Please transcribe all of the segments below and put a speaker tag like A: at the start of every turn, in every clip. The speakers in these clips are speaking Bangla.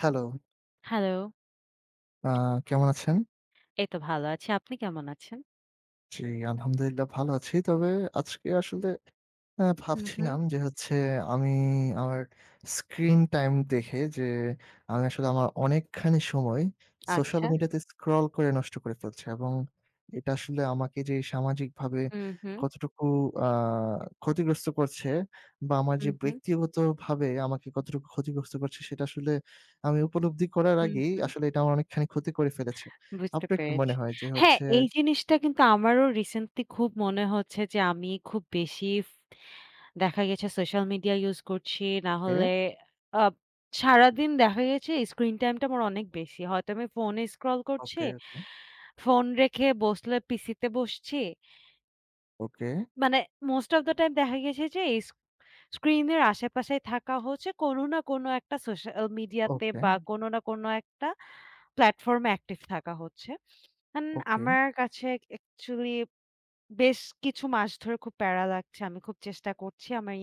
A: হ্যালো,
B: হ্যালো,
A: আ কেমন আছেন?
B: এই তো ভালো আছি। আপনি কেমন আছেন?
A: জি, আলহামদুলিল্লাহ ভালো আছি। তবে আজকে আসলে হ্যাঁ,
B: হুম, হুম।
A: ভাবছিলাম যে হচ্ছে আমি আমার স্ক্রিন টাইম দেখে যে আমি আসলে আমার অনেকখানি সময় সোশ্যাল
B: আচ্ছা।
A: মিডিয়াতে স্ক্রল করে নষ্ট করে ফেলছি এবং এটা আসলে আমাকে যে সামাজিকভাবে
B: হুম, হুম,
A: কতটুকু আহ, ক্ষতিগ্রস্ত করছে বা আমার যে
B: হুম, হুম,
A: ব্যক্তিগতভাবে আমাকে কতটুকু ক্ষতিগ্রস্ত করছে সেটা আসলে আমি উপলব্ধি করার
B: হুম,
A: আগেই
B: হুম।
A: আসলে এটা আমার অনেকখানি ক্ষতি করে ফেলেছে।
B: বুঝতে
A: আপনার কি মনে
B: পেরেছি।
A: হয় যে
B: হ্যাঁ,
A: হচ্ছে?
B: এই জিনিসটা কিন্তু আমারও রিসেন্টলি খুব মনে হচ্ছে যে আমি খুব বেশি দেখা গেছে সোশ্যাল মিডিয়া ইউজ করছি। না
A: ওকে,
B: হলে আ সারাদিন দেখা গেছে স্ক্রিন টাইমটা আমার অনেক বেশি। হয়তো আমি ফোনে স্ক্রল করছি।
A: ওকে, ওকে,
B: ফোন রেখে বসলে পিসিতে বসছি।
A: ওকে,
B: মানে মোস্ট অফ দ্যা টাইম দেখা গেছে যে এই স্ক্রিনের আশেপাশেই থাকা হচ্ছে কোনো না কোনো একটা সোশ্যাল মিডিয়াতে
A: ওকে,
B: বা কোনো না কোনো একটা প্ল্যাটফর্মে অ্যাক্টিভ থাকা হচ্ছে। And
A: okay.
B: আমার কাছে অ্যাকচুয়ালি বেশ কিছু মাস ধরে খুব প্যারা লাগছে। আমি খুব চেষ্টা করছি। আমি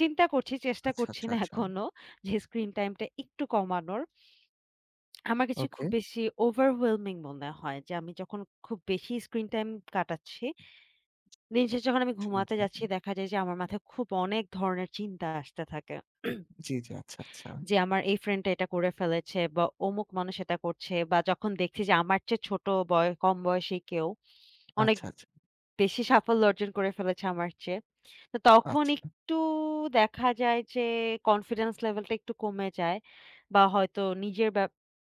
B: চিন্তা করছি, চেষ্টা
A: আচ্ছা,
B: করছি
A: আচ্ছা,
B: না
A: আচ্ছা।
B: এখনো যে স্ক্রিন টাইমটা একটু কমানোর। আমার কাছে
A: ওকে।
B: খুব বেশি ওভারওয়েলমিং মনে হয় যে আমি যখন খুব বেশি স্ক্রিন টাইম কাটাচ্ছি দিন শেষে যখন আমি
A: জি,
B: ঘুমাতে
A: জি, জি।
B: যাচ্ছি দেখা যায় যে আমার মাথায় খুব অনেক ধরনের চিন্তা আসতে থাকে।
A: জি, জি। আচ্ছা, আচ্ছা।
B: যে আমার এই ফ্রেন্ডটা এটা করে ফেলেছে বা অমুক মানুষ এটা করছে বা যখন দেখছি যে আমার চেয়ে ছোট কম বয়সী কেউ অনেক
A: আচ্ছা, আচ্ছা।
B: বেশি সাফল্য অর্জন করে ফেলেছে আমার চেয়ে। তো তখন
A: আচ্ছা।
B: একটু দেখা যায় যে কনফিডেন্স লেভেলটা একটু কমে যায় বা হয়তো নিজের ব্যা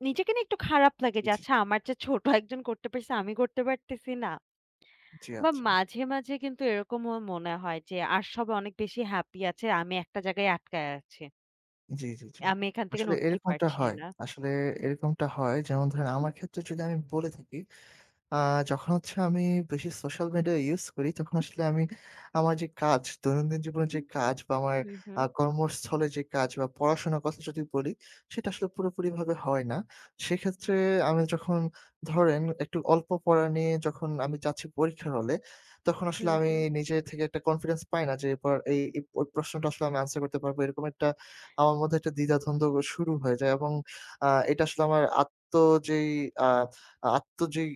B: নিজেকে নিয়ে একটু খারাপ লাগে
A: জি,
B: যে
A: জি,
B: আচ্ছা
A: জি।
B: আমার চেয়ে ছোট একজন করতে পারছে আমি করতে পারতেছি না।
A: জি,
B: বা
A: আচ্ছা।
B: মাঝে, মাঝে কিন্তু এরকমও মনে হয় যে আর সবাই অনেক বেশি হ্যাপি আছে। আমি একটা জায়গায় আটকায় আছি।
A: জি, জি, জি।
B: আমি এখান থেকে
A: আসলে
B: নড়তেই
A: এরকমটা
B: পারছি
A: হয়।
B: না।
A: আসলে এরকমটা হয় যেমন ধরেন আমার ক্ষেত্রে যদি আমি বলে থাকি, আ যখন হচ্ছে আমি বেশি সোশ্যাল মিডিয়া ইউজ করি, তখন আসলে আমি আমার যে কাজ, দৈনন্দিন জীবনের যে কাজ বা আমার
B: হুম, হুম,
A: কর্মস্থলে যে কাজ বা পড়াশোনার কথা যদি বলি, সেটা আসলে পুরোপুরিভাবে হয় না। সেক্ষেত্রে আমি যখন ধরেন একটু অল্প পড়া নিয়ে যখন আমি যাচ্ছি পরীক্ষার হলে, তখন আসলে
B: হুম,
A: আমি
B: হুম,
A: নিজে থেকে একটা কনফিডেন্স পাই না যে এবার এই এই প প্রশ্নটা আসলে আমি আনসার করতে পারবো। এরকম একটা আমার মধ্যে একটা দ্বিধাদ্বন্দ্ব শুরু হয়ে যায় এবং এটা আসলে আমার আত্ম যেই আ আত্ম যেই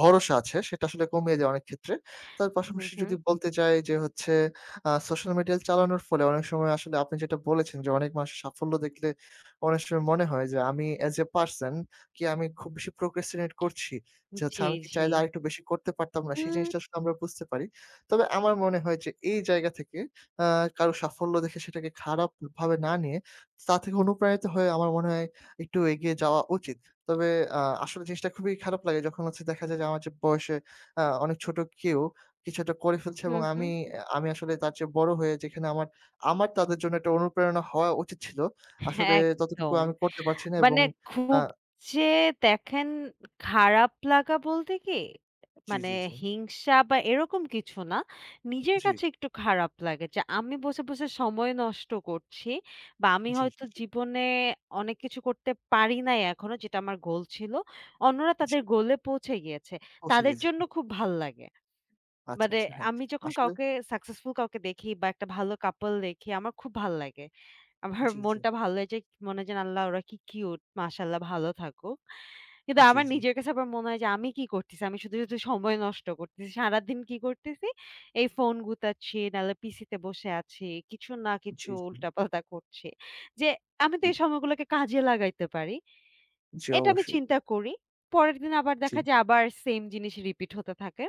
A: ভরসা আছে সেটা আসলে কমিয়ে যায় অনেক ক্ষেত্রে। তার
B: হুম, হুম,
A: পাশাপাশি
B: হুম।
A: যদি বলতে যাই যে হচ্ছে সোশ্যাল মিডিয়া চালানোর ফলে অনেক সময় আসলে আপনি যেটা বলেছেন যে অনেক মানুষের সাফল্য দেখলে অনেক সময় মনে হয় যে আমি as a person কি আমি খুব বেশি procrastinate করছি। যে হচ্ছে
B: জি,
A: আমি কি
B: জি।
A: চাইলে আরেকটু বেশি করতে পারতাম না সেই
B: হুম,
A: জিনিসটা আসলে আমরা বুঝতে পারি। তবে আমার মনে হয় যে এই জায়গা থেকে আ কারো সাফল্য দেখে সেটাকে খারাপ ভাবে না নিয়ে তা থেকে অনুপ্রাণিত হয়ে আমার মনে হয় একটু এগিয়ে যাওয়া উচিত। তবে আ আসলে জিনিসটা খুবই খারাপ লাগে যখন হচ্ছে দেখা যায় যে আমার চেয়ে বয়সে অনেক ছোট কেউ কিছু একটা করে ফেলছে এবং
B: হুম, হুম।
A: আমি আমি আসলে তার চেয়ে বড় হয়ে যেখানে আমার তাদের জন্য একটা অনুপ্রেরণা হওয়া উচিত ছিল। আসলে ততটুকু
B: একদম।
A: আমি করতে পারছি না এবং
B: মানে
A: আ
B: খুব যে দেখেন খারাপ লাগা বলতে কি,
A: জি,
B: মানে
A: জি, জি,
B: হিংসা বা এরকম কিছু না। নিজের
A: জি,
B: কাছে একটু খারাপ লাগে যে আমি বসে, বসে সময় নষ্ট করছি বা আমি
A: জি, জি,
B: হয়তো
A: জি,
B: জীবনে অনেক কিছু করতে পারি নাই এখনো যেটা আমার গোল ছিল। অন্যরা
A: জি,
B: তাদের গোলে পৌঁছে গিয়েছে।
A: পৌঁছে
B: তাদের
A: গেছি।
B: জন্য খুব ভাল লাগে।
A: আচ্ছা,
B: মানে
A: আচ্ছা, হ্যাঁ।
B: আমি যখন
A: আসলে
B: সাকসেসফুল কাউকে দেখি বা একটা ভালো কাপল দেখি আমার খুব ভাল লাগে। আমার
A: জি, জি,
B: মনটা ভালো হয়ে যায়। মনে হয় যে, "আল্লাহ! ওরা কি কিউট। মাশাআল্লাহ ভালো থাকুক।" কিন্তু
A: জি, জি,
B: আমার
A: জি,
B: নিজের কাছে আবার মনে হয় যে, "আমি কি করতেছি? আমি শুধু সময় নষ্ট করতেছি। সারাদিন কি করতেছি? এই ফোন গুতাচ্ছি, নাহলে পিসিতে বসে আছি। কিছু না
A: জি,
B: কিছু উল্টাপাল্টা করছি।" যে আমি তো
A: জি,
B: এই সময়গুলোকে কাজে লাগাইতে পারি।
A: জি,
B: এটা আমি
A: অবশ্যই।
B: চিন্তা করি। পরের দিন আবার
A: জি,
B: দেখা যায় আবার সেম জিনিস রিপিট হতে থাকে।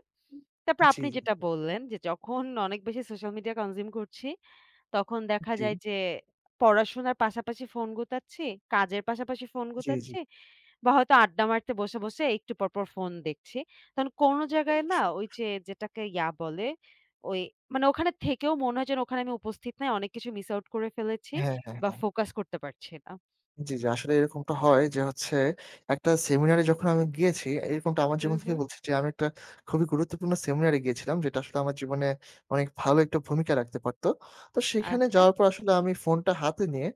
B: তারপর
A: জি,
B: আপনি
A: জি,
B: যেটা বললেন যে, যখন অনেক বেশি সোশ্যাল মিডিয়া কনজিউম করছি তখন দেখা
A: জি,
B: যায় যে পড়াশোনার পাশাপাশি ফোন গুতাচ্ছি, কাজের পাশাপাশি ফোন
A: জি, জি,
B: গুতাচ্ছি বা হয়তো আড্ডা মারতে বসে, বসে একটু পর, পর ফোন দেখছি। তখন কোনো জায়গায় না
A: অবশ্যই।
B: ওই যে যেটাকে ইয়া বলে, ওই মানে ওখানে থেকেও মনে হয় যেন ওখানে আমি উপস্থিত নাই। অনেক কিছু মিস আউট করে ফেলেছি
A: হ্যাঁ, হ্যাঁ,
B: বা
A: হ্যাঁ।
B: ফোকাস করতে পারছি না।
A: জি, জি। আসলে এরকমটা হয় যে হচ্ছে একটা সেমিনারে যখন আমি গিয়েছি, এরকমটা আমার
B: হুম,
A: জীবন থেকে
B: হুম।
A: বলছি যে আমি একটা খুবই গুরুত্বপূর্ণ সেমিনারে গিয়েছিলাম যেটা আসলে আমার জীবনে অনেক ভালো একটা ভূমিকা রাখতে পারত। তো সেখানে
B: আচ্ছা।
A: যাওয়ার পর আসলে আমি ফোনটা হাতে নিয়ে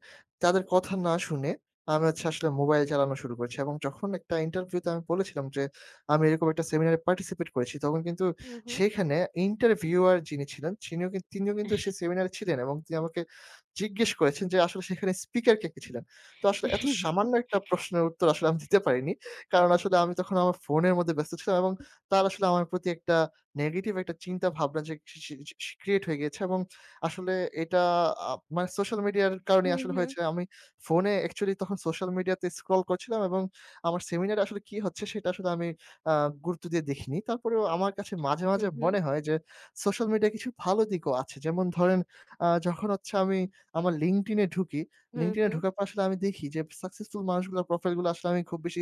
A: তাদের কথা না শুনে আমি হচ্ছে আসলে মোবাইল চালানো শুরু করেছি এবং যখন একটা ইন্টারভিউতে আমি বলেছিলাম যে আমি এরকম একটা সেমিনারে পার্টিসিপেট করেছি, তখন কিন্তু
B: হুম, হুম।
A: সেইখানে ইন্টারভিউয়ার যিনি ছিলেন তিনিও কিন্তু সেই সেমিনারে ছিলেন এবং তিনি আমাকে জিজ্ঞেস করেছেন যে আসলে সেখানে স্পিকার কে, কে ছিলেন? তো আসলে এত সামান্য একটা প্রশ্নের উত্তর আসলে আমি দিতে পারিনি। কারণ আসলে আমি তখন আমার ফোনের মধ্যে ব্যস্ত ছিলাম এবং তার আসলে আমার প্রতি একটা নেগেটিভ একটা চিন্তা ভাবনা যে সি সি সি ক্রিয়েট হয়ে গিয়েছে এবং আসলে এটা মানে সোশ্যাল মিডিয়ার কারণে
B: হুম,
A: আসলে
B: হুম।
A: হয়েছে। আমি ফোনে অ্যাকচুয়ালি তখন সোশ্যাল মিডিয়াতে স্ক্রল করছিলাম এবং আমার সেমিনারে আসলে কি হচ্ছে সেটা আসলে আমি আ গুরুত্ব দিয়ে দেখিনি। তারপরেও আমার কাছে মাঝে,
B: হুম,
A: মাঝে
B: হুম।
A: মনে হয় যে সোশ্যাল মিডিয়ায় কিছু ভালো দিকও আছে। যেমন ধরেন যখন হচ্ছে আমি আমার LinkedIn এ ঢুকি,
B: হুম,
A: LinkedIn এ
B: হুম।
A: ঢোকার পর আসলে আমি দেখি যে সাকসেসফুল মানুষগুলোর প্রোফাইল গুলো আসলে আমি খুব বেশি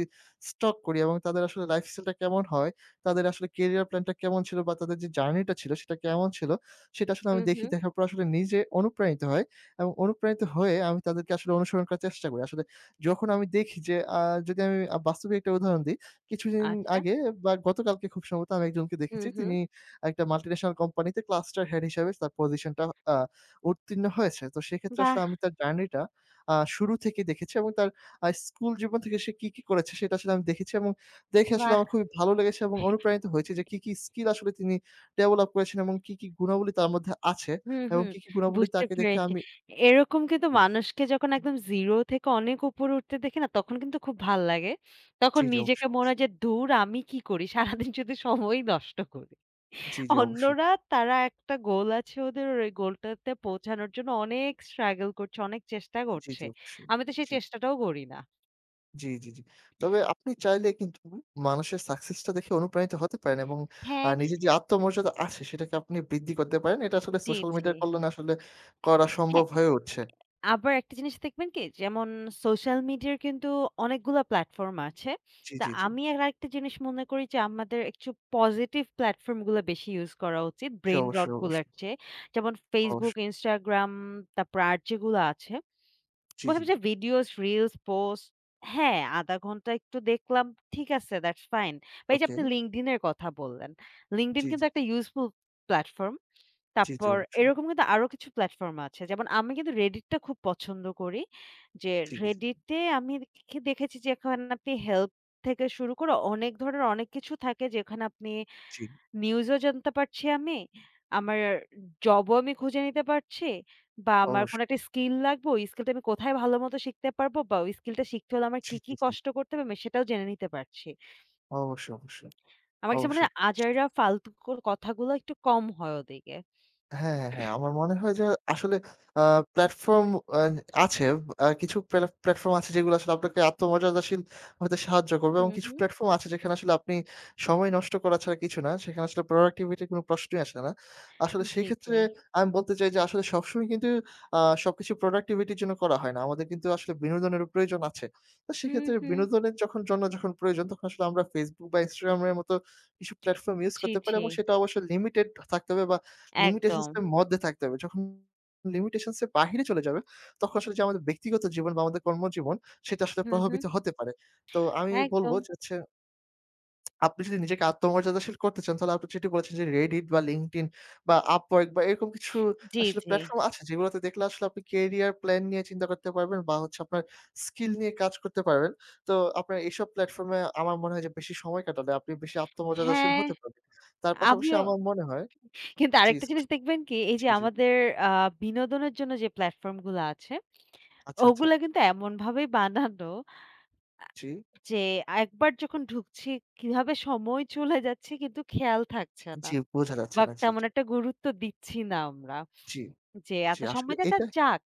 A: স্টক করি এবং তাদের আসলে লাইফস্টাইলটা কেমন হয়, তাদের আসলে কেরিয়ার প্ল্যানটা কেমন ছিল বা তাদের যে জার্নিটা ছিল সেটা কেমন ছিল, সেটা আসলে আমি
B: হুম,
A: দেখি।
B: হুম।
A: দেখার পর আসলে নিজে অনুপ্রাণিত হই এবং অনুপ্রাণিত হয়ে আমি তাদেরকে আসলে অনুসরণ করার চেষ্টা করি। আসলে যখন আমি দেখি যে যদি আমি বাস্তবিক একটা উদাহরণ দিই, কিছুদিন
B: আচ্ছা।
A: আগে বা গতকালকে খুব সম্ভবত আমি একজনকে
B: হুম,
A: দেখেছি।
B: হুম।
A: তিনি একটা মাল্টিনেশনাল কোম্পানিতে ক্লাস্টার হেড হিসেবে তার পজিশনটা আ উত্তীর্ণ হয়েছে। তো সেক্ষেত্রে আসলে
B: বাহ!
A: আমি তার জার্নিটা শুরু থেকে দেখেছি এবং তার স্কুল জীবন থেকে সে কি, কি করেছে সেটা আসলে আমি দেখেছি এবং দেখে আসলে
B: বাহ!
A: আমার খুবই ভালো লেগেছে এবং অনুপ্রাণিত হয়েছি যে কি, কি স্কিল আসলে তিনি ডেভেলপ করেছেন এবং কি, কি গুণাবলী তার মধ্যে আছে
B: হুম,
A: এবং
B: হুম।
A: কি, কি গুণাবলী
B: বুঝতে
A: তাকে দেখে
B: পেরেছি।
A: আমি
B: এরকম কিন্তু
A: জি,
B: মানুষকে যখন একদম 0 থেকে অনেক উপরে উঠতে দেখি না, তখন কিন্তু খুব ভাল লাগে।
A: জি,
B: তখন
A: জি,
B: নিজেকে
A: অবশ্যই,
B: মনে
A: অবশ্যই।
B: হয় যে, "ধুর আমি কি করি? সারাদিন শুধু সময়ই নষ্ট করি।"
A: জি, জি, অবশ্যই।
B: অন্যরা তারা একটা গোল আছে ওদের, ওই গোলটাতে পৌঁছানোর জন্য অনেক স্ট্রাগল করছে, অনেক চেষ্টা
A: জি,
B: করছে।
A: জি, অবশ্যই।
B: আমি তো সেই
A: জি,
B: চেষ্টাটাও করি না।
A: জি, জি, জি। তবে আপনি চাইলে কিন্তু মানুষের সাকসেসটা দেখে অনুপ্রাণিত হতে পারেন এবং
B: হ্যাঁ,
A: নিজের যে আত্মমর্যাদা আছে সেটাকে আপনি বৃদ্ধি করতে পারেন। এটা আসলে
B: জি,
A: সোশ্যাল
B: জি।
A: মিডিয়ার কল্যাণে আসলে করা
B: হ্যাঁ।
A: সম্ভব হয়ে উঠছে।
B: আবার একটা জিনিস দেখবেন কি? যেমন সোশ্যাল মিডিয়ার কিন্তু অনেকগুলা প্ল্যাটফর্ম আছে।
A: জি,
B: তা
A: জি, জি।
B: আমি আরেকটা জিনিস মনে করি যে আমাদের একটু পজিটিভ প্ল্যাটফর্ম গুলো বেশি ইউজ করা উচিত
A: জি,
B: ব্রেইন রট
A: অবশ্যই,
B: গুলার
A: অবশ্যই,
B: চেয়ে। যেমন Facebook,
A: অবশ্যই।
B: Instagram তারপর আর যেগুলো আছে
A: জি, জি,
B: বললাম যে
A: জি।
B: ভিডিওস, রিলস, পোস্ট হ্যাঁ, ০.৫ ঘন্টা একটু দেখলাম ঠিক আছে দ্যাটস ফাইন। বা এই যে
A: ওকে।
B: আপনি LinkedIn এর কথা বললেন। LinkedIn
A: জি, জি,
B: কিন্তু
A: জি।
B: একটা ইউজফুল প্ল্যাটফর্ম।
A: জি, জি,
B: তারপর
A: অবশ্যই।
B: এরকম কিন্তু আরো কিছু প্ল্যাটফর্ম আছে। যেমন আমি কিন্তু Reddit টা খুব পছন্দ করি। যে
A: জি, জি, জি।
B: Reddit এ আমি দেখেছি যে এখন আপনি হেল্প থেকে শুরু করে অনেক ধরনের অনেক কিছু থাকে যেখানে আপনি
A: জি,
B: নিউজও জানতে পারছি আমি। আমার জবও আমি খুঁজে নিতে পারছি। বা আমার কোনো একটা
A: অবশ্যই।
B: স্কিল লাগবে, ওই স্কিলটা আমি কোথায় ভালোমতো শিখতে পারবো বা ওই স্কিলটা শিখতে হলে আমার
A: জি,
B: কি,
A: জি,
B: কি
A: জি।
B: কষ্ট করতে হবে আমি সেটাও জেনে নিতে পারছি।
A: অবশ্যই, অবশ্যই,
B: আমার কাছে মনে
A: অবশ্যই।
B: হয় আজাইরা ফালতু কথাগুলো একটু কম হয় ওদিকে।
A: হ্যাঁ, হ্যাঁ, হ্যাঁ। আমার মনে হয় যে আসলে আ প্লাটফর্ম আ আছে। কিছু প্লা প্লাটফর্ম আছে যেগুলো আসলে আপনাকে আত্মমর্যাদাশীল হতে সাহায্য করবে
B: হুম,
A: এবং কিছু
B: হুম।
A: প্লাটফর্ম আছে যেখানে আসলে আপনি সময় নষ্ট করা ছাড়া কিছু না। সেখানে আসলে প্রোডাক্টিভিটি র কোনো প্রশ্নই আসে না। আসলে
B: জি,
A: সেক্ষেত্রে
B: জি।
A: আমি বলতে চাই যে আসলে সবসময় কিন্তু সবকিছু প্রোডাক্টিভিটি র জন্য করা হয় না। আমাদের কিন্তু আসলে বিনোদনেরও প্রয়োজন আছে। তো
B: হুম,
A: সেক্ষেত্রে
B: হুম।
A: বিনোদনের জন্য যখন প্রয়োজন তখন আসলে আমরা Facebook বা Instagram এর মতো কিছু প্লাটফর্ম ইউজ
B: জি,
A: করতে পারি
B: জি।
A: এবং সেটা অবশ্যই লিমিটেড থাকতে হবে বা limitations
B: একদম।
A: এর মধ্যে থাকতে হবে। যখন limitations এর বাহিরে চলে যাবে, তখন আসলে যে আমাদের ব্যক্তিগত জীবন বা আমাদের কর্মজীবন সেটা আসলে
B: হুম, হুম।
A: প্রভাবিত হতে পারে। তো আমি বলব
B: একদম।
A: যে হচ্ছে আপনি যদি নিজেকে আত্মমর্যাদাশীল করতে চান তাহলে আপনি যেটি বলেছেন যে Reddit বা LinkedIn বা Upwork বা এরকম কিছু
B: জি,
A: আসলে
B: জি।
A: প্ল্যাটফর্ম আছে যেগুলোতে দেখলে আসলে আপনি কেরিয়ার প্ল্যান নিয়ে চিন্তা করতে পারবেন বা হচ্ছে আপনার স্কিল নিয়ে কাজ করতে পারবেন। তো আপনার এইসব প্ল্যাটফর্মে আমার মনে হয় যে বেশি সময় কাটালে আপনি বেশি আত্মমর্যাদাশীল
B: হ্যাঁ,
A: হতে পারবেন। তার পাশাপাশি
B: আমিও
A: আমার মনে হয়
B: কিন্তু
A: জি,
B: আরেকটা জিনিস দেখবেন কি এই যে
A: জি, জি।
B: আমাদের আ বিনোদনের জন্য যে প্ল্যাটফর্ম গুলা আছে,
A: আচ্ছা, আচ্ছা।
B: ওগুলা কিন্তু এমনভাবেই বানানো আ
A: জি,
B: যে একবার যখন ঢুকছি কিভাবে সময় চলে যাচ্ছে কিন্তু খেয়াল থাকছে না।
A: জি, বোঝা যাচ্ছে
B: বা
A: না। জি,
B: তেমন
A: জি,
B: একটা গুরুত্ব দিচ্ছি না আমরা।
A: জি,
B: যে
A: জি,
B: এত
A: আসলে
B: সময় যাচ্ছে
A: এটা
B: যাক।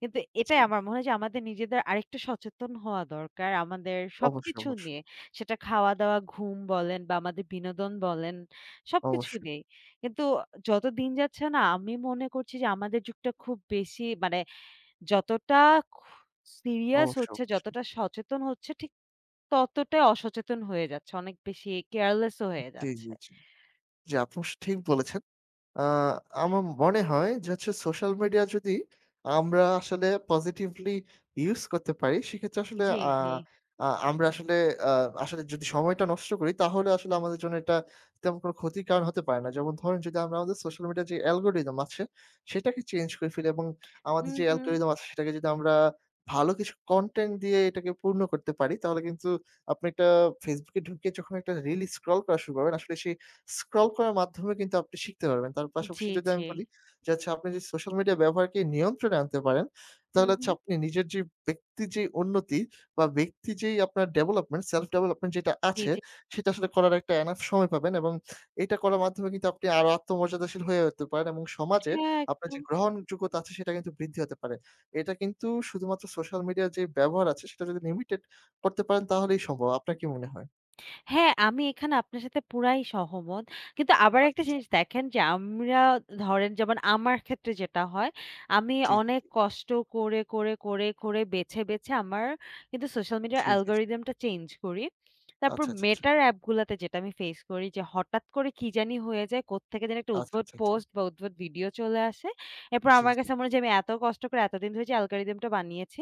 B: কিন্তু
A: জি,
B: এটাই আমার মনে হয় যে আমাদের নিজেদের আরেকটু সচেতন হওয়া দরকার আমাদের
A: অবশ্যই,
B: সবকিছু
A: অবশ্যই,
B: নিয়ে। সেটা খাওয়া-দাওয়া, ঘুম বলেন বা আমাদের বিনোদন বলেন, সবকিছু
A: অবশ্যই,
B: নিয়েই। কিন্তু যত দিন যাচ্ছে না আমি মনে করছি যে আমাদের যুগটা খুব বেশি মানে যতটা খু সিরিয়াস
A: অবশ্যই,
B: হচ্ছে,
A: অবশ্যই।
B: যতটা সচেতন হচ্ছে ঠিক ততটাই অসচেতন হয়ে যাচ্ছে। অনেক বেশি কেয়ারলেস ও হয়ে
A: জি,
B: যাচ্ছে।
A: জি, জি। জি, আপনি অবশ্য ঠিক বলেছেন। আ আমার মনে হয় যে হচ্ছে সোশ্যাল মিডিয়া যদি আমরা আসলে পজিটিভলি ইউস করতে পারি, সেক্ষেত্রে আসলে
B: জি,
A: আ
B: জি।
A: আ আমরা আসলে আ আসলে যদি সময়টা নষ্ট করি তাহলে আসলে আমাদের জন্য এটা তেমন কোনো ক্ষতির কারণ হতে পারে না। যেমন ধরেন যদি আমরা আমাদের সোশ্যাল মিডিয়ার যে অ্যালগরিদম আছে সেটাকে চেঞ্জ করে ফেলি এবং আমাদের
B: হুম,
A: যে
B: হুম।
A: অ্যালগরিদম আছে সেটাকে যদি আমরা ভালো কিছু কনটেন্ট দিয়ে এটাকে পূর্ণ করতে পারি তাহলে কিন্তু আপনি একটা Facebook এ ঢুকে যখন একটা রিল স্ক্রল করা শুরু করবেন আসলে সেই স্ক্রল করার মাধ্যমে কিন্তু আপনি শিখতে পারবেন। তার পাশাপাশি
B: জি,
A: যদি
B: জি।
A: আমি বলি যে আচ্ছা আপনি যদি সোশ্যাল মিডিয়া ব্যবহারকে নিয়ন্ত্রণে আনতে পারেন,
B: হুম,
A: তাহলে হচ্ছে
B: হুম।
A: আপনি নিজের যে ব্যক্তির যে উন্নতি বা ব্যক্তি যেই আপনার ডেভেলপমেন্ট, সেলফ ডেভেলপমেন্ট যেটা
B: জি,
A: আছে
B: জি।
A: সেটা আসলে করার একটা এনাফ সময় পাবেন এবং এটা করার মাধ্যমে কিন্তু আপনি আরো আত্মমর্যাদাশীল হয়ে উঠতে পারেন এবং সমাজে
B: হ্যাঁ,
A: আপনার যে
B: একদম।
A: গ্রহণযোগ্যতা আছে সেটা কিন্তু বৃদ্ধি হতে পারে। এটা কিন্তু শুধুমাত্র সোশ্যাল মিডিয়ার যে ব্যবহার আছে সেটা যদি লিমিটেড করতে পারেন তাহলেই সম্ভব। আপনার কি মনে হয়?
B: হ্যাঁ, আমি এখানে আপনার সাথে পুরাই সহমত। কিন্তু আবার একটা
A: আচ্ছা, আচ্ছা।
B: জিনিস দেখেন যে আমরা ধরেন যেমন আমার ক্ষেত্রে যেটা হয়, আমি
A: জি, জি,
B: অনেক
A: জি।
B: কষ্ট করে, বেছে আমার কিন্তু সোশ্যাল মিডিয়ার
A: জি, জি, জি।
B: অ্যালগরিদম টা চেঞ্জ করি। তারপর
A: আচ্ছা, আচ্ছা, আচ্ছা।
B: মেটার অ্যাপ গুলাতে যেটা আমি ফেস করি যে হঠাৎ করে কি জানি হয়ে যায়, কোত্থেকে জানি একটা
A: আচ্ছা,
B: উদ্ভট
A: আচ্ছা, আচ্ছা।
B: পোস্ট বা উদ্ভট ভিডিও চলে আসে। এরপর
A: জি,
B: আমার
A: জি,
B: কাছে মনে হয় যে আমি এত কষ্ট করে এতদিন ধরে যে অ্যালগরিদম টা বানিয়েছি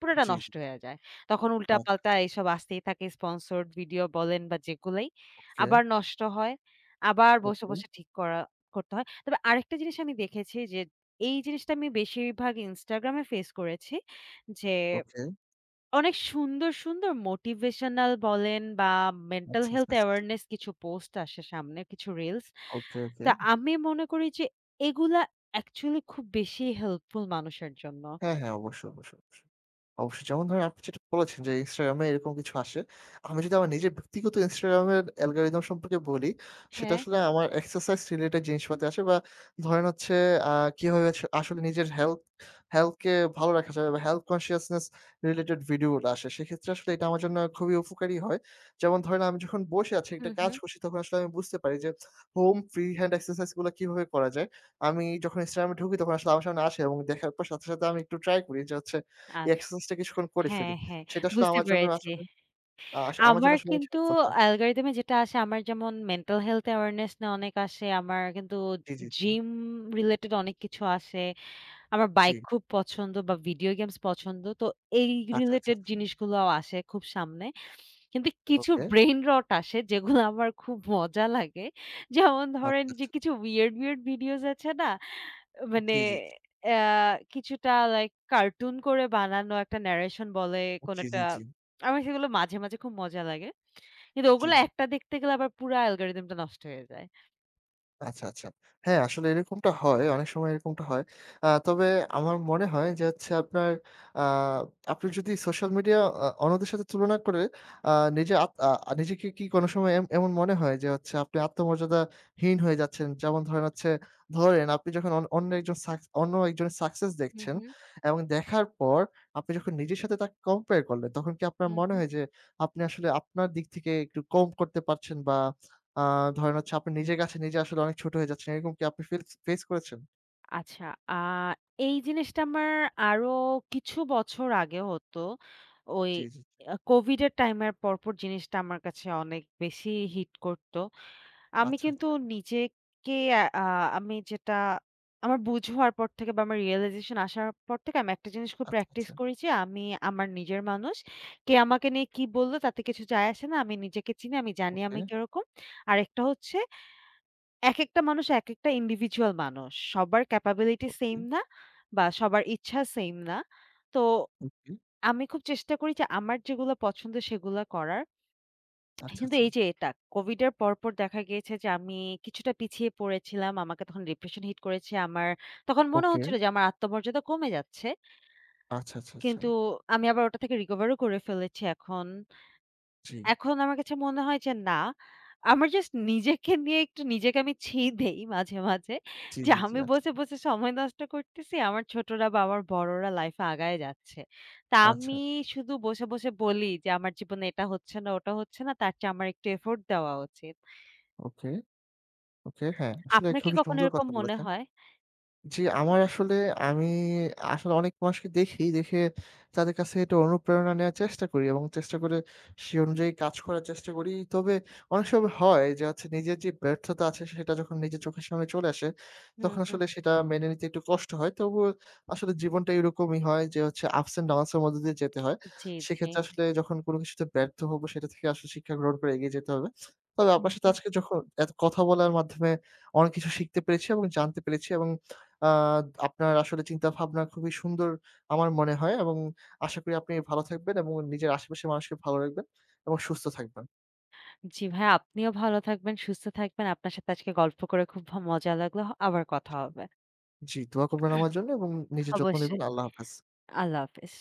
B: পুরোটা
A: জি, জি।
B: নষ্ট হয়ে যায়। তখন উল্টাপাল্টা
A: আচ্ছা,
B: এইসব আসতেই থাকে স্পন্সরড ভিডিও বলেন বা যেগুলাই।
A: ওকে,
B: আবার নষ্ট হয়। আবার বসে,
A: ওকে,
B: বসে ঠিক করা করতে হয়। তবে আরেকটা জিনিস আমি দেখেছি যে এই জিনিসটা আমি বেশিরভাগ Instagram এ ফেস করেছি। যে
A: ওকে।
B: অনেক সুন্দর, সুন্দর মোটিভেশনাল বলেন বা মেন্টাল
A: আচ্ছা, আচ্ছা,
B: হেলথ
A: আচ্ছা। আচ্ছা,
B: অ্যাওয়ারনেস কিছু পোস্ট আসে সামনে, কিছু রিলস।
A: ওকে, ওকে।
B: তা আমি মনে করি যে এগুলা অ্যাকচুয়ালি খুব বেশি হেল্পফুল মানুষের জন্য।
A: হ্যাঁ, হ্যাঁ। অবশ্যই, অবশ্যই, অবশ্যই। অবশ্যই। যেমন ধরেন আপনি যেটা বলেছেন যে Instagram এ এরকম কিছু আসে। আমি যদি আমার নিজের ব্যক্তিগত Instagram এর অ্যালগরিদম সম্পর্কে বলি, সেটা
B: হ্যাঁ।
A: আসলে আমার এক্সারসাইজ রিলেটেড জিনিসপাতি আসে বা ধরেন হচ্ছে আ কিভাবে আসলে নিজের হেলথ হেলথ কে ভালো রাখা যাবে বা হেলথ কনসিয়াসনেস রিলেটেড ভিডিওগুলো আসে। সেক্ষেত্রে আসলে এটা আমার জন্য খুবই উপকারী হয়। যেমন ধরেন আমি যখন বসে আছি একটা
B: হুম,
A: কাজ
B: হুম।
A: করছি তখন আসলে আমি বুঝতে পারি যে হোম ফ্রি হ্যান্ড এক্সারসাইজ গুলা কিভাবে করা যায়। আমি যখন ইনস্টাগ্রামে ঢুকি তখন আসলে আমার সামনে আসে এবং দেখার পর সাথে, সাথে আমি একটু ট্রাই করি যে হচ্ছে
B: আ
A: এই এক্সারসাইজ টা কিছুক্ষণ করে ফেলি।
B: হ্যাঁ, হ্যাঁ,
A: সেটা আসলে
B: বুঝতে
A: আমার জন্য
B: পেরেছি।
A: আসলে আ আস আমার জন্য
B: আমার
A: আসলে অনেক
B: কিন্তু
A: হেল্পফুল হয়।
B: অ্যালগরিদম এ যেটা আসে আমার যেমন মেন্টাল হেলথ অ্যাওয়ারনেস নিয়ে অনেক আসে। আমার কিন্তু
A: জি, জি, জি।
B: জিম রিলেটেড অনেক কিছু আসে। আমার
A: জি।
B: বাইক খুব পছন্দ বা ভিডিও গেমস পছন্দ। তো এই
A: আচ্ছা, আচ্ছা,
B: রিলেটেড
A: আচ্ছা।
B: জিনিসগুলাও আসে খুব সামনে। কিন্তু কিছু
A: ওকে।
B: ব্রেইন রট আসে যেগুলো আমার খুব মজা লাগে। যেমন ধরেন
A: আচ্ছা,
B: যে
A: আচ্ছা।
B: কিছু উইয়ার্ড, উইয়ার্ড ভিডিওস আছে না? মানে
A: জি, জি, জি,
B: আ কিছুটা লাইক কার্টুন করে বানানো একটা ন্যারেশন বলে কোন
A: জি,
B: একটা
A: জি, জি,
B: আমার সেগুলো মাঝে, মাঝে খুব মজা লাগে। কিন্তু
A: জি।
B: ওগুলো
A: জি।
B: একটা দেখতে গেলে আবার পুরা অ্যালগরিদমটা নষ্ট হয়ে যায়।
A: আচ্ছা, আচ্ছা। হ্যাঁ, আসলে এরকমটা হয়। অনেক সময় এরকমটা হয়। তবে আমার মনে হয় যে হচ্ছে আপনার আ আপনি যদি সোশ্যাল মিডিয়া অন্যদের সাথে তুলনা করে আ নিজে আত আ নিজেকে কি কোনো সময় এমন মনে হয় যে হচ্ছে আপনি আত্মমর্যাদাহীন হয়ে যাচ্ছেন? যেমন ধরেন হচ্ছে ধরেন আপনি যখন অন অন্য একজন সাক অন্য একজনের সাকসেস
B: হুম,
A: দেখছেন
B: হুম,
A: এবং দেখার পর আপনি যখন নিজের সাথে তাকে কম্পেয়ার করলেন তখন কি আপনার
B: হুম,
A: মনে
B: হুম।
A: হয় যে আপনি আসলে আপনার দিক থেকে একটু কম করতে পারছেন বা আ ধরেন হচ্ছে আপনি নিজের কাছে নিজে আসলে অনেক ছোট হয়ে যাচ্ছেন। এরকম কি আপনি ফেস ফেস করেছেন?
B: আচ্ছা, আ এই জিনিসটা আমার আরো কিছু বছর আগে হতো। ওই
A: জি, জি, জি।
B: আ কোভিড এর টাইম এর পরপর জিনিসটা আমার কাছে অনেক বেশি হিট করত। আমি
A: আচ্ছা,
B: কিন্তু
A: আচ্ছা,
B: নিজেকে আ আমি যেটা আমার বুঝ হওয়ার পর থেকে বা আমার রিয়ালাইজেশন আসার পর থেকে আমি একটা জিনিস খুব
A: আচ্ছা,
B: প্র্যাকটিস
A: আচ্ছা।
B: করি যে আমি আমার নিজের মানুষ। কে আমাকে নিয়ে কি বলল তাতে কিছু যায় আসে না। আমি নিজেকে চিনি, আমি জানি
A: ওকে,
B: আমি কিরকম। আরেকটা হচ্ছে একেকটা মানুষ একেকটা ইন্ডিভিজুয়াল মানুষ। সবার ক্যাপাবিলিটি
A: ওকে,
B: সেম না বা সবার ইচ্ছা সেম না। তো
A: ওকে।
B: আমি খুব চেষ্টা করি যে আমার যেগুলো পছন্দ সেগুলা করার।
A: আচ্ছা,
B: কিন্তু
A: আচ্ছা।
B: এই যে এটা কোভিড এর পরপর দেখা গিয়েছে যে আমি কিছুটা পিছিয়ে পড়েছিলাম। আমাকে তখন ডিপ্রেশন হিট করেছে। আমার তখন মনে
A: ওকে।
B: হচ্ছিল যে আমার আত্মমর্যাদা কমে যাচ্ছে।
A: আচ্ছা, আচ্ছা, আচ্ছা।
B: কিন্তু আমি আবার ওটা থেকে রিকভারও করে ফেলেছি এখন।
A: জি।
B: এখন আমার কাছে মনে হয় যে না, আমার জাস্ট নিজেকে নিয়ে একটু নিজেকে আমি দেই মাঝে, মাঝে
A: জি,
B: যে
A: জি, জি।
B: আমি
A: আচ্ছা,
B: বসে, বসে সময় নষ্ট করতেছি। আমার ছোটরা বা আমার বড়রা লাইফে আগায় যাচ্ছে। তা আমি
A: আচ্ছা।
B: শুধু বসে, বসে বলি যে আমার জীবনে এটা হচ্ছে না, ওটা হচ্ছে না। তার চেয়ে আমার একটু এফোর্ট দেওয়া উচিত।
A: ওকে, ওকে। হ্যাঁ, আসলে
B: আপনার কি
A: খুবই
B: কখনো
A: সুন্দর
B: এরকম
A: কথা
B: মনে
A: বলেছেন।
B: হয়?
A: জি, আমার আসলে আমি আসলে অনেক মানুষকে দেখি, দেখে তাদের কাছে এটা অনুপ্রেরণা নেয়ার চেষ্টা করি এবং চেষ্টা করে সে অনুযায়ী কাজ করার চেষ্টা করি। তবে অনেক সময় হয় যে হচ্ছে নিজের যে ব্যর্থতা আছে সেটা যখন নিজের চোখের সামনে চলে আসে,
B: হুম,
A: তখন
B: হুম।
A: আসলে সেটা মেনে নিতে একটু কষ্ট হয়। তবুও আসলে জীবনটা এরকমই হয় যে হচ্ছে ups and downs এর মধ্য দিয়ে যেতে হয়।
B: জি, জি।
A: সেক্ষেত্রে আসলে যখন কোনো কিছুতে ব্যর্থ হবো সেটা থেকে আসলে শিক্ষা গ্রহণ করে এগিয়ে যেতে হবে। তবে
B: হুম,
A: আপনার সাথে
B: হুম।
A: আজকে যখন এত কথা বলার মাধ্যমে অনেক কিছু শিখতে পেরেছি এবং জানতে পেরেছি এবং আ আপনার আসলে চিন্তাভাবনা খুবই সুন্দর আমার মনে হয় এবং আশা করি আপনি ভালো থাকবেন এবং নিজের আশেপাশের মানুষকে ভালো রাখবেন এবং সুস্থ থাকবেন।
B: জি ভাই, আপনিও ভালো থাকবেন, সুস্থ থাকবেন। আপনার সাথে আজকে গল্প করে খুব মজা লাগলো। আবার কথা হবে।
A: জি, দোয়া করবেন আমার জন্য এবং নিজের যত্ন নিবেন।
B: অবশ্যই।
A: আল্লাহ হাফেজ।
B: আল্লাহ হাফেজ।